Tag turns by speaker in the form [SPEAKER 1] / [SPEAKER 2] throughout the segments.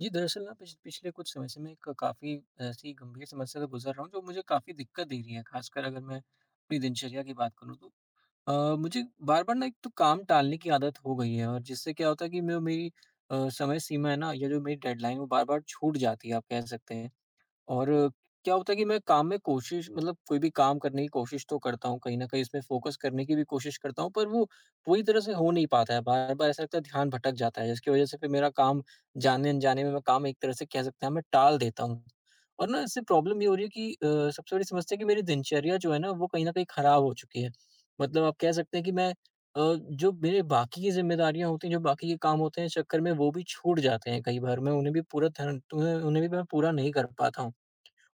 [SPEAKER 1] जी, दरअसल ना पिछले कुछ समय से मैं एक काफ़ी ऐसी गंभीर समस्या से गुज़र रहा हूँ जो मुझे काफ़ी दिक्कत दे रही है, ख़ासकर अगर मैं अपनी दिनचर्या की बात करूँ तो। अ, मुझे बार-बार ना एक तो काम टालने की आदत हो गई है, और जिससे क्या होता है कि मैं मेरी अ, समय सीमा है ना, या जो मेरी डेडलाइन, वो बार-बार छूट जाती है, आप कह सकते हैं। और क्या होता है कि मैं काम में कोशिश मतलब कोई भी काम करने की कोशिश तो करता हूँ, कहीं न कहीं इसमें फ़ोकस करने की भी कोशिश करता हूँ, पर वो पूरी तरह से हो नहीं पाता है। बार-बार ऐसा लगता है ध्यान भटक जाता है, जिसकी वज़ह से फिर मेरा काम जाने-अनजाने में मैं काम, एक तरह से कह सकते हैं, मैं टाल देता हूँ। और ना इससे प्रॉब्लम ये हो रही है कि सबसे बड़ी समस्या है कि मेरी दिनचर्या जो है ना, वो कहीं न कहीं खराब हो चुकी है। मतलब आप कह सकते हैं कि अ, जो मेरे बाकी की ज़िम्मेदारियाँ होती हैं, जो बाकी के काम होते हैं, इस चक्कर में वो भी छूट जाते हैं कई बार। मैं उन्हें उन्हें भी मैं पूरा नहीं कर पाता हूँ।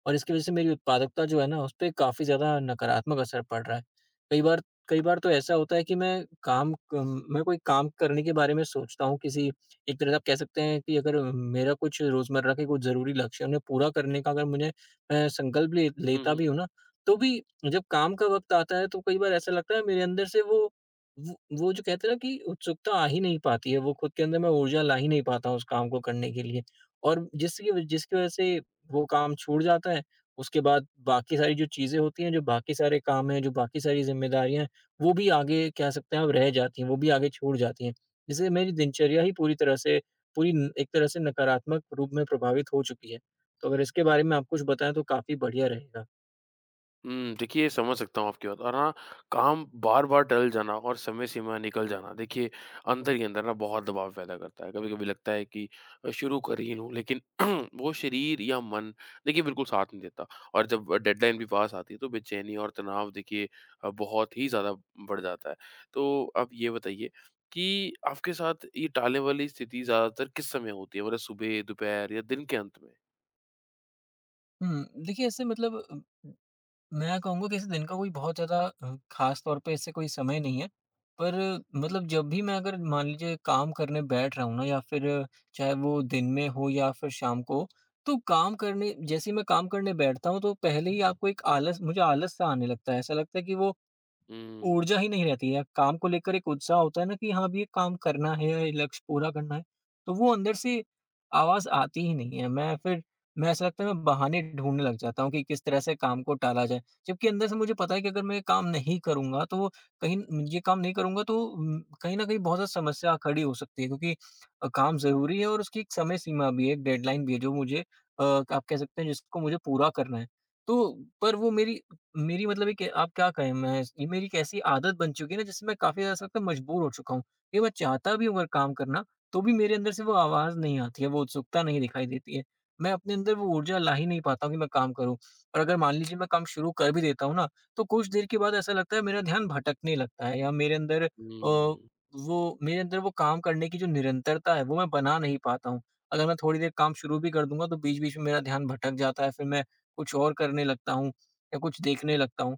[SPEAKER 1] और इसकी वजह से मेरी उत्पादकता जो है ना, उसपे काफ़ी ज़्यादा नकारात्मक असर पड़ रहा है। कई बार, कई बार तो ऐसा होता है कि मैं कोई काम करने के बारे में सोचता हूँ, किसी एक तरह से आप कह सकते हैं कि अगर मेरा कुछ रोज़मर्रा के कुछ ज़रूरी लक्ष्य हैं, उन्हें पूरा करने का अगर मुझे, मैं संकल्प ले
[SPEAKER 2] हुँ,
[SPEAKER 1] लेता
[SPEAKER 2] हुँ।
[SPEAKER 1] भी हूँ ना, तो भी जब काम का वक़्त आता है, तो कई बार ऐसा लगता है मेरे अंदर से वो वो वो, जो कहते हैं ना, कि उत्सुकता आ ही नहीं पाती है, वो खुद के अंदर मैं ऊर्जा ला ही नहीं पाता हूँ उस काम को करने के लिए। और जिसकी वजह से वो काम छूट जाता है, उसके बाद बाकी सारी जो चीज़ें होती हैं, जो बाकी सारे काम हैं, जो बाकी सारी ज़िम्मेदारियाँ हैं, वो भी आगे, कह सकते हैं आप, रह जाती हैं, वो भी आगे छूट जाती हैं। जिससे मेरी दिनचर्या ही पूरी तरह से, पूरी न, एक तरह से नकारात्मक रूप में प्रभावित हो चुकी है। तो अगर इसके बारे में आप कुछ बताएँ तो काफ़ी बढ़िया रहेगा।
[SPEAKER 2] हुँ, देखिए समझ सकता हूँ आपकी बात और हाँ, काम बार-बार टल जाना और समय सीमा निकल जाना देखिए अंदर ही अंदर ना बहुत दबाव पैदा करता है। कभी-कभी लगता है कि शुरू कर ही लूँ लेकिन वो शरीर या मन देखिए बिल्कुल साथ नहीं देता और जब डेडलाइन भी पास आती है तो बेचैनी और तनाव देखिए बहुत ही ज़्यादा बढ़ जाता है। तो आप ये बताइए कि आपके साथ ये टालने वाली स्थिति ज़्यादातर किस समय होती है? मतलब सुबह, दोपहर या दिन के अंत में?
[SPEAKER 1] हुँ, देखिए, ऐसे मतलब मैं कहूँगा कि इस दिन का कोई बहुत ज़्यादा, ख़ास तौर पे इससे कोई समय नहीं है। पर मतलब जब भी मैं, अगर मान लीजिए काम करने बैठ रहा हूँ ना, या फिर चाहे वो दिन में हो या फिर शाम को हो, तो काम करने जैसे ही मैं काम करने बैठता हूँ, तो पहले ही आपको एक आलस मुझे आलस-सा आने लगता है। ऐसा लगता है कि वो
[SPEAKER 2] हुँ।
[SPEAKER 1] ऊर्जा ही नहीं रहती है। काम को लेकर एक उत्साह होता है ना कि हाँ, अब ये काम करना है, ये लक्ष्य पूरा करना है, तो वो अंदर से आवाज़ आती ही नहीं है। मैं, ऐसा लगता है, मैं बहाने ढूँढने लग जाता हूँ कि किस तरह से काम को टाला जाए। जबकि अंदर से मुझे पता है कि अगर मैं ये काम नहीं करूँगा तो वो कहीं ये काम नहीं करूँगा, तो कहीं न कहीं बहुत ज़्यादा समस्या खड़ी हो सकती है, क्योंकि काम ज़रूरी है और उसकी एक समय सीमा भी है, एक डेडलाइन भी है जो मुझे, आप कह सकते हैं, जिसको मुझे पूरा करना है। तो, पर वो मेरी मेरी, मतलब एक, आप क्या कहें, मैं ये मेरी एक ऐसी आदत बन चुकी है ना, जिससे मैं काफ़ी ज़्यादा, ऐसा लगता है, मजबूर हो चुका हूँ। ये मैं चाहता भी हूँ अगर काम करना, तो भी मेरे अंदर से वो आवाज़ नहीं आती है, वो उत्सुकता नहीं दिखाई देती है। मैं अपने अंदर वो ऊर्जा ला ही नहीं पाता हूँ कि मैं काम करूँ, और अगर मान लीजिए मैं काम शुरू कर भी देता हूँ ना, तो कुछ देर के बाद ऐसा लगता है मेरा ध्यान भटकने लगता है, या मेरे अंदर
[SPEAKER 2] हुँ,
[SPEAKER 1] वो, मेरे अंदर वो काम करने की जो निरंतरता है वो मैं बना नहीं पाता हूँ। अगर मैं थोड़ी देर काम शुरू भी कर दूँगा तो बीच-बीच में मेरा ध्यान भटक जाता है, फिर मैं कुछ और करने लगता हूँ। या कुछ देखने लगता हूँ।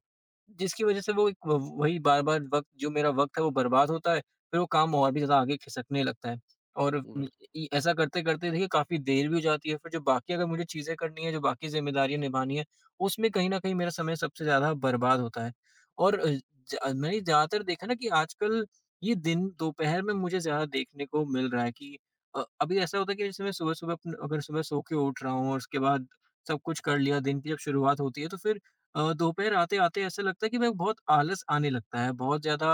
[SPEAKER 1] जिसकी वज़ह से वो एक व वही बार-बार वक़्त, जो मेरा वक़्त है वो बर्बाद होता है, फिर वो काम और भी ज़्यादा आगे खिसकने लगता है। और
[SPEAKER 2] बिल
[SPEAKER 1] इ ऐसा करते-करते देखिए काफ़ी देर भी हो जाती है, फिर जो बाकी अगर मुझे चीज़ें करनी है, जो बाकी ज़िम्मेदारियाँ निभानी है, उसमें कहीं न कहीं मेरा समय सबसे ज़्यादा बर्बाद होता है। और ज मैंने ज़्यादातर देखा ना कि आजकल ये दिन दोपहर में मुझे ज़्यादा देखने को मिल रहा है, कि अभी ऐसा होता है कि जैसे मैं सुबह-सुबह अपन अगर सुबह सो के उठ रहा हूँ, और उसके बाद सब कुछ कर लिया, दिन की जब शुरुआत होती है, तो फिर दोपहर आते-आते ऐसा लगता है कि, मैं, बहुत आलस आने लगता है, बहुत ज़्यादा,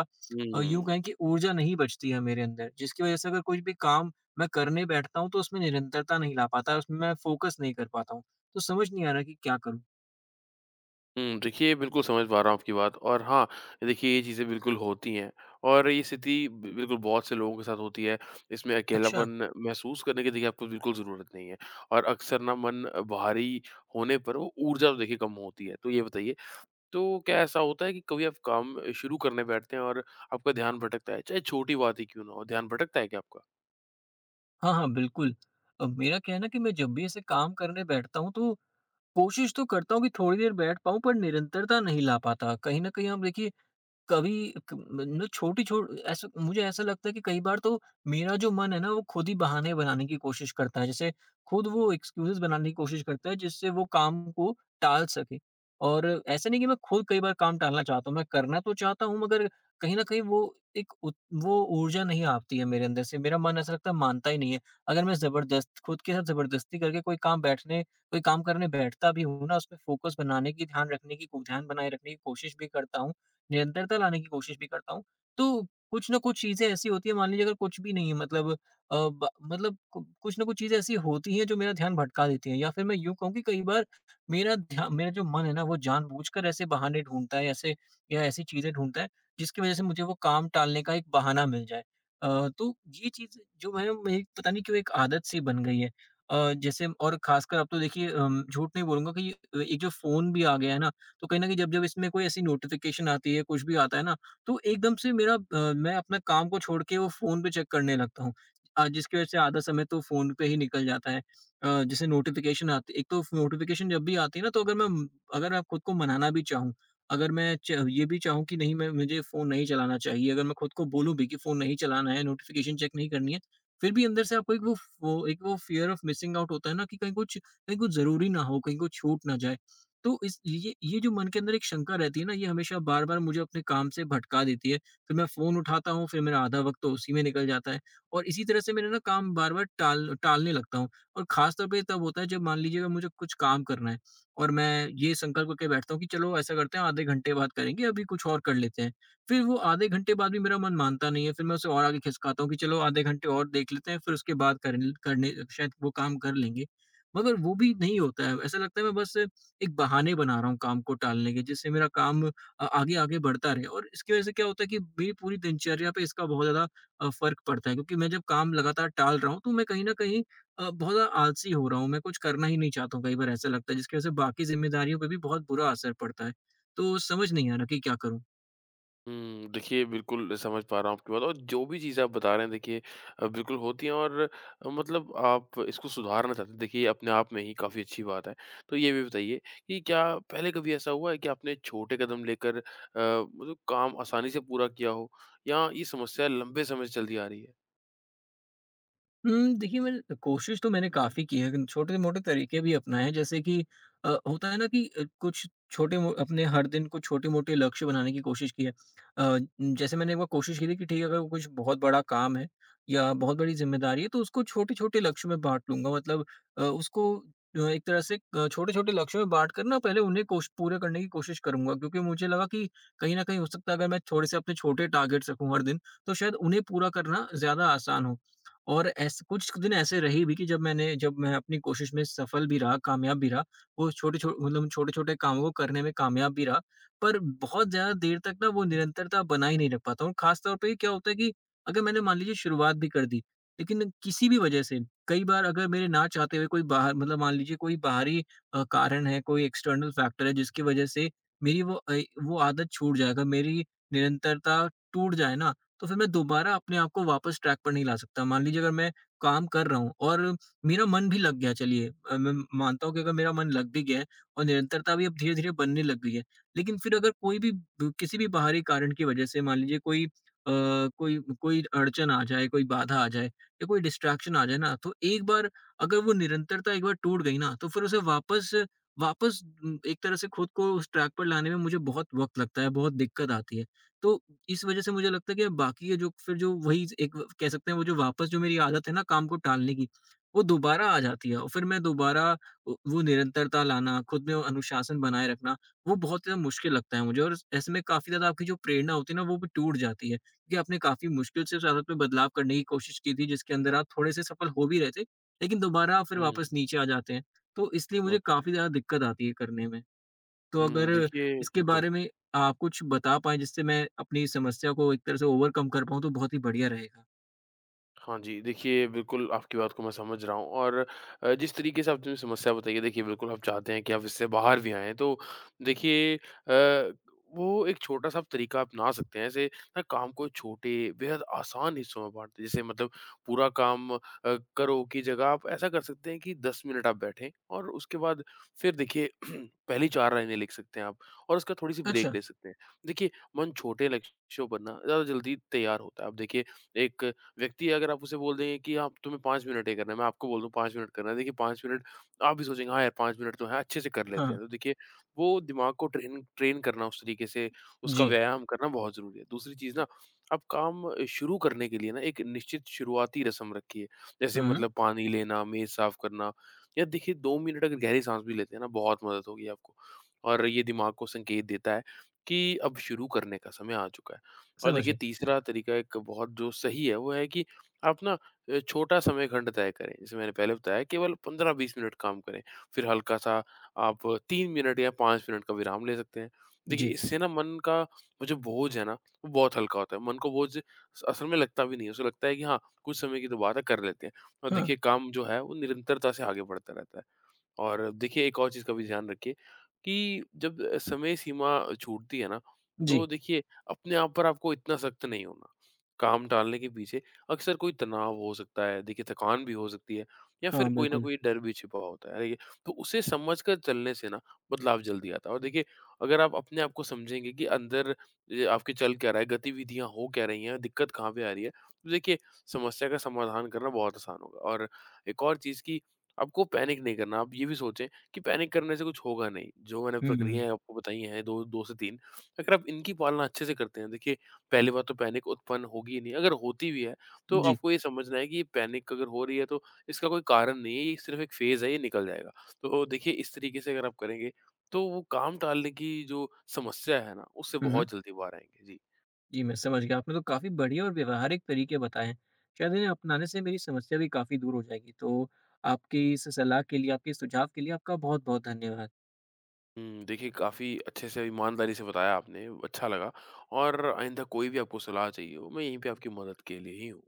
[SPEAKER 1] यूँ
[SPEAKER 2] हुँ।
[SPEAKER 1] कहें कि ऊर्जा नहीं बचती है मेरे अंदर, जिसकी वज़ह से अगर कोई भी काम मैं करने बैठता हूँ, तो उसमें निरंतरता नहीं ला पाता, उसमें मैं फ़ोकस नहीं कर पाता हूँ। तो समझ नहीं आ रहा कि क्या करूँ?
[SPEAKER 2] हुँ, देखिए बिल्कुल समझ पा रहा हूँ आपकी बात और हाँ, देखिए ये चीज़ें बिल्कुल होती हैं और ये स्थिति बि बिल्कुल बहुत से लोगों के साथ होती है। इसमें
[SPEAKER 1] अच्छा।
[SPEAKER 2] अकेलापन महसूस करने की देखिए आपको बिल्कुल ज़रूरत नहीं है और अक्सर ना मन भारी होने पर वो ऊर्जा तो देखिए कम होती है। तो ये बताइए, तो क्या ऐसा होता है कि कभी आप काम शुरू करने बैठते हैं और आपका ध्यान भटकता है? चाहे छोटी बात ही क्यों ना हो, ध्यान भटकता है क्या आपका?
[SPEAKER 1] हाँ, हाँ, बिल्कुल। मेरा कहना है कि मैं जब भी ऐसे काम करने बैठता हूँ, तो कोशिश तो करता हूँ कि थोड़ी देर बैठ पाऊँ, पर निरंतरता नहीं ला पाता। कहीं न कहीं आप देखिए, कभी क मतलब छोटी छो ऐसा, मुझे ऐसा लगता है कि कई बार तो मेरा जो मन है ना, वो खुद ही बहाने बनाने की कोशिश करता है। जैसे खुद वो एक्सक्यूज़ेज़ बनाने की कोशिश करता है, जिससे वो काम को टाल सके। और ऐसा नहीं कि मैं खुद कई बार काम टालना चाहता हूँ, मैं करना तो चाहता हूँ, मगर कहीं न कहीं वो एक उत वो ऊर्जा नहीं आती है मेरे अंदर से। मेरा मन, ऐसा लगता है, मानता ही नहीं है। अगर मैं ज़बरदस्त खुद के साथ ज़बरदस्ती करके कोई काम करने बैठता भी हूँ ना, उसमें फ़ोकस बनाने की, ध्यान बनाए रखने की कोशिश भी करता हूँ, निरंतरता लाने की कोशिश भी करता हूँ। तो कुछ ना कुछ चीज़ें ऐसी होती हैं, मान लीजिए अगर कुछ भी नहीं है, मतलब अ, ब मतलब कु कुछ ना कुछ चीज़ें ऐसी होती हैं जो मेरा ध्यान भटका देती हैं, या फिर मैं यूँ कहूँ कि कई बार मेरा जो मन है ना, वो जानबूझकर ऐसे बहाने ढूँढता है, ऐसे या ऐसी चीज़ें ढूँढता है जिसकी वज़ह से मुझे वो काम टालने का एक बहाना मिल जाए। तो ये चीज़ जो है मेरी, पता नहीं क्यों एक आदत सी बन गई है। जैसे, और ख़ासकर अब तो देखिए, झूठ नहीं बोलूँगा कि एक जो फ़ोन भी आ गया है ना, तो कहीं न कहीं जब-जब इसमें कोई ऐसी नोटिफ़िकेशन आती है, कुछ भी आता है ना, तो एकदम से मैं अपना काम को छोड़ के वो फ़ोन पे चेक करने लगता हूँ। जिसकी वजह से आधा समय तो फ़ोन पे ही निकल जाता है। जैसे नोटिफ़िकेशन आती, एक तो नोटिफ़िकेशन जब भी आती है ना, तो अगर मैं खुद को मनाना भी चाहूँ, अगर मैं च ये भी चाहूँ कि नहीं, मैं मुझे फ़ोन नहीं चलाना चाहिए, अगर मैं खुद को बोलूँ भी कि फ़ोन नहीं चलाना है, नोटिफ़िकेशन चेक नहीं करनी है, फिर भी अंदर से आपको एक वो एक वो फ़ियर ऑफ मिसिंग आउट होता है ना, कि कहीं कुछ, कहीं कुछ ज़रूरी ना हो, कहीं कुछ छूट ना जाए। तो इस ये जो मन के अंदर एक शंका रहती है ना, ये हमेशा बार-बार मुझे अपने काम से भटका देती है। फिर मैं फ़ोन उठाता हूँ, फिर मेरा आधा वक़्त तो उसी में निकल जाता है, और इसी तरह से मेरा ना काम बार-बार टालने लगता हूँ। और ख़ास तौर पे तब होता है जब, मान लीजिए, अगर मुझे कुछ काम करना है और मैं ये संकल्प करके बैठता हूँ कि चलो ऐसा करते हैं आधे घंटे बाद करेंगे, अभी कुछ और कर लेते हैं। फिर वो आधे घंटे बाद भी मेरा मन मानता नहीं है, फिर मैं उसे और आगे खिसकाता हूँ कि चलो आधे घंटे और देख लेते हैं, फिर उसके बाद करने शायद वो काम कर लेंगे। मगर वो भी नहीं होता है, ऐसा लगता है मैं बस एक बहाने बना रहा हूँ काम को टालने के, जिससे मेरा काम आगे आगे बढ़ता रहे, और इसकी वजह से क्या होता है कि मेरी पूरी दिनचर्या पे इसका बहुत ज्यादा फर्क पड़ता है, क्योंकि मैं जब काम लगातार टाल रहा हूँ तो मैं कहीं ना कहीं, बहुत ज्यादा आलसी हो रहा हूँ। मैं कुछ करना ही नहीं चाहता हूँ कई बार ऐसा लगता है, जिसकी वजह से बाकी जिम्मेदारियों पर भी बहुत बुरा असर पड़ता है। तो समझ नहीं आ रहा कि क्या करूँ।
[SPEAKER 2] हुँ, देखिए बिल्कुल समझ पा रहा हूँ आपकी बात और जो भी चीज़ें आप बता रहे हैं देखिए बिल्कुल होती हैं और मतलब आप इसको सुधारना चाहते हैं। देखिए ये अपने आप में ही काफ़ी अच्छी बात है। तो ये भी बताइए कि क्या पहले कभी ऐसा हुआ है कि आपने छोटे कदम लेकर मतलब काम आसानी से पूरा किया हो या ये समस्या लंबे समय से चलती आ रही है?
[SPEAKER 1] हुँ, देखिए मैंने कोशिश तो मैंने काफ़ी की है, लेकिन छोटे-मोटे तरीके भी अपनाए हैं, जैसे कि होता है ना कि कुछ छोटे मो अपने हर दिन कुछ छोटे-मोटे लक्ष्य बनाने की कोशिश की है। जैसे मैंने एक बार कोशिश की थी कि ठीक है, अगर वो कुछ बहुत बड़ा काम है या बहुत बड़ी ज़िम्मेदारी है, तो उसको छोटे-छोटे लक्ष्य में बाँट लूँगा। मतलब उसको एक तरह से छोटे-छोटे लक्ष्यों में बाँट कर ना पहले उन्हें कोश पूरा करने की कोशिश करूँगा, क्योंकि मुझे लगा कि कहीं न कहीं हो सकता है अगर मैं थोड़े से अपने छोटे टारगेट्स रखूँ हर दिन, तो शायद उन्हें पूरा करना ज़्यादा आसान हो। और ऐसे कुछ दिन ऐसे रहे भी कि जब मैं अपनी कोशिश में सफल भी रहा, कामयाब भी रहा, वो छोटे-छोटे छोटे-छोटे कामों को करने में कामयाब भी रहा, पर बहुत ज़्यादा देर तक ना वो निरंतरता बना ही नहीं रख पाता हूँ। खास तौर पे क्या होता है कि अगर मैंने मान लीजिए शुरुआत भी कर दी, लेकिन किसी भी वजह से कई बार अगर मेरे ना चाहते हुए कोई बाहर मतलब मान लीजिए कोई बाहरी कारण है, कोई एक्सटर्नल फैक्टर है जिसकी वजह से मेरी वो वो आदत छूट जाए, अगर मेरी निरंतरता टूट जाए ना, तो फिर मैं दोबारा अपने आप को वापस ट्रैक पर नहीं ला सकता। मान लीजिए अगर मैं काम कर रहा हूँ और मेरा मन भी लग गया, चलिए मैं मानता हूँ कि अगर मेरा मन लग भी गया है और निरंतरता भी अब धीरे-धीरे बनने लग गई है। लेकिन फिर अगर कोई भी ब किसी भी बाहरी कारण की वजह से मान लीजिए कोई कोई कोई अड़चन आ जाए, कोई बाधा आ जाए या कोई डिस्ट्रैक्शन आ जाए ना, तो एक बार अगर वो निरंतरता एक बार टूट गई ना, तो फिर उसे वापस वापस एक तरह से खुद को उस ट्रैक पर लाने में मुझे बहुत वक़्त लगता है, बहुत दिक्कत आती है। तो इस वजह से मुझे लगता है कि बाकी ये जो फिर जो वही एक व- कह सकते हैं वो जो वापस जो मेरी आदत है ना काम को टालने की, वो दोबारा आ जाती है और फिर मैं दोबारा उ वो निरंतरता लाना, खुद में वो अनुशासन बनाए रखना, वो बहुत ज़्यादा मुश्किल लगता है मुझे और ऐसे में काफ़ी ज़्यादा आपकी जो प्रेरणा होती है ना, वो भी टूट जाती है। क्योंकि आपने काफ़ी मुश्किल से उस आदत में बदलाव करने की कोशिश की थी, जिसके अंदर आप थोड़े से सफल हो भी रहे थे, लेकिन दोबारा आप फिर
[SPEAKER 2] हुँ।
[SPEAKER 1] वापस नीचे आ जाते हैं। तो इसलिए मुझे
[SPEAKER 2] बिल्कुल।
[SPEAKER 1] काफ़ी ज़्यादा दिक्कत आती है करने में। तो
[SPEAKER 2] हुँ,
[SPEAKER 1] अगर
[SPEAKER 2] देखिए
[SPEAKER 1] इसके
[SPEAKER 2] बिल्कुल।
[SPEAKER 1] बारे में आप कुछ बता पाएँ जिससे मैं अपनी समस्या को एक तरह से ओवरकम कर पाऊँ, तो बहुत ही बढ़िया रहेगा।
[SPEAKER 2] हाँ जी, देखिए बिल्कुल आपकी बात को मैं समझ रहा हूँ और जिस तरीके से आपने समस्या बताई है देखिए बिल्कुल आप चाहते हैं कि आप इससे बाहर भी आएँ तो देखिए वो एक छोटा-सा आप तरीका अपना सकते हैं ऐसे ना काम को छोटे बेहद आसान हिस्सों में बाँट दें। जैसे मतलब पूरा काम करो की जगह आप ऐसा कर सकते हैं कि 10 मिनट आप बैठें और उसके बाद फिर देखिए पहली 4 लाइनें लिख सकते हैं आप और उसका थोड़ी-सी ब्रेक
[SPEAKER 1] अच्छा।
[SPEAKER 2] ले सकते हैं। देखिए मन छोटे लक्ष्यों पर ना ज़्यादा जल्दी तैयार होता है। आप देखिए एक व्यक्ति है, अगर आप उसे बोल देंगे कि आप तुम्हें 5 मिनट ये करना है, मैं आपको बोल दूँ 5 मिनट करना है, देखिए 5 मिनट आप भी सोचेंगे हाँ यार 5 मिनट तो है, अच्छे से कर लेते
[SPEAKER 1] हाँ,
[SPEAKER 2] हैं। तो देखिए वो दिमाग को ट्रेन ट्रेन करना उस तरीके से, उसका
[SPEAKER 1] जी।
[SPEAKER 2] व्यायाम करना बहुत ज़रूरी है। दूसरी चीज़ ना आप काम शुरू करने के लिए ना एक निश्चित शुरुआती रस्म रखिए। जैसे
[SPEAKER 1] हुँ,
[SPEAKER 2] मतलब पानी लेना, मेज़ साफ करना या देखिए 2 मिनट अगर गहरी साँस भी लेते हैं ना बहुत मदद होगी आपको। और ये दिमाग को संकेत देता है कि अब शुरू करने का समय आ चुका है। और
[SPEAKER 1] समझ
[SPEAKER 2] देखिए
[SPEAKER 1] गया।
[SPEAKER 2] तीसरा तरीका एक बहुत जो सही है वो है कि आप ना छोटा समय खंड तय करें जैसे मैंने पहले बताया केवल 15-20 मिनट काम करें फिर हल्का सा आप 3 मिनट या 5 मिनट का विराम ले सकते हैं। देखिए
[SPEAKER 1] जी।
[SPEAKER 2] इससे ना मन का वो जो बोझ है ना वो बहुत हल्का होता है। मन को बोझ असल में लगता भी नहीं है। उसे लगता है कि हाँ, कुछ समय की तो बात है कर लेते हैं और
[SPEAKER 1] हाँ,
[SPEAKER 2] देखिए काम जो है वो निरंतरता से आगे बढ़ता रहता है। और देखिए एक और चीज़ का भी ध्यान रखिए कि जब समय सीमा छूटती है ना, तो
[SPEAKER 1] जी।
[SPEAKER 2] देखिए अपने आप पर आपको इतना सख्त नहीं होना। काम टालने के पीछे अक्सर कोई तनाव हो सकता है, देखिए थकान भी हो सकती है या फिर
[SPEAKER 1] हाँ,
[SPEAKER 2] कोई ना
[SPEAKER 1] बिल्कुल।
[SPEAKER 2] कोई डर भी छिपा होता है, देखिए। तो उसे समझकर चलने से ना बदलाव जल्दी आता है और देखिए अगर आप अपने आप को समझेंगे कि अंदर ये आपके चल क्या रहा है, गतिविधियाँ हो क्या रही हैं, दिक्कत कहाँ पे आ रही है, तो देखिए समस्या का समाधान करना बहुत आसान होगा। और एक और चीज़ कि आपको पैनिक नहीं करना। आप ये भी सोचें कि पैनिक करने से कुछ होगा नहीं। जो मैंने
[SPEAKER 1] हुँ, हुँ।
[SPEAKER 2] प्रक्रियाएँ आपको बताई हैं 2 2 से 3 अगर आप इनकी पालना अच्छे से करते हैं, देखिए पहली बात तो पैनिक उत्पन्न होगी ही नहीं। अगर होती भी है, तो
[SPEAKER 1] जी।
[SPEAKER 2] आपको ये समझना है कि ये पैनिक अगर हो रही है तो इसका कोई कारण नहीं है, ये सिर्फ़ एक फ़ेज़ है, ये निकल जाएगा। तो देखिए इस तरीके से अगर आप करेंगे, तो वो काम टालने की जो समस्या है ना, उससे
[SPEAKER 1] हुँ, हुँ।
[SPEAKER 2] बहुत जल्दी बाहर आएँगे। जी।
[SPEAKER 1] जी, मैं समझ गया। आपने तो काफ़ी बढ़िया और व्यावहारिक तरीके बताए हैं। शायद इन्हें अपनाने से मेरी समस्या भी काफ़ी दूर हो जाएगी। तो आपकी इस सलाह के लिए, आपके इस सुझाव के लिए आपका बहुत-बहुत धन्यवाद।
[SPEAKER 2] हुँ, देखिए काफ़ी अच्छे से ईमानदारी से बताया आपने, अच्छा लगा और आइंदा कोई भी आपको सलाह चाहिए हो, मैं यहीं पे आपकी मदद के लिए ही हूँ।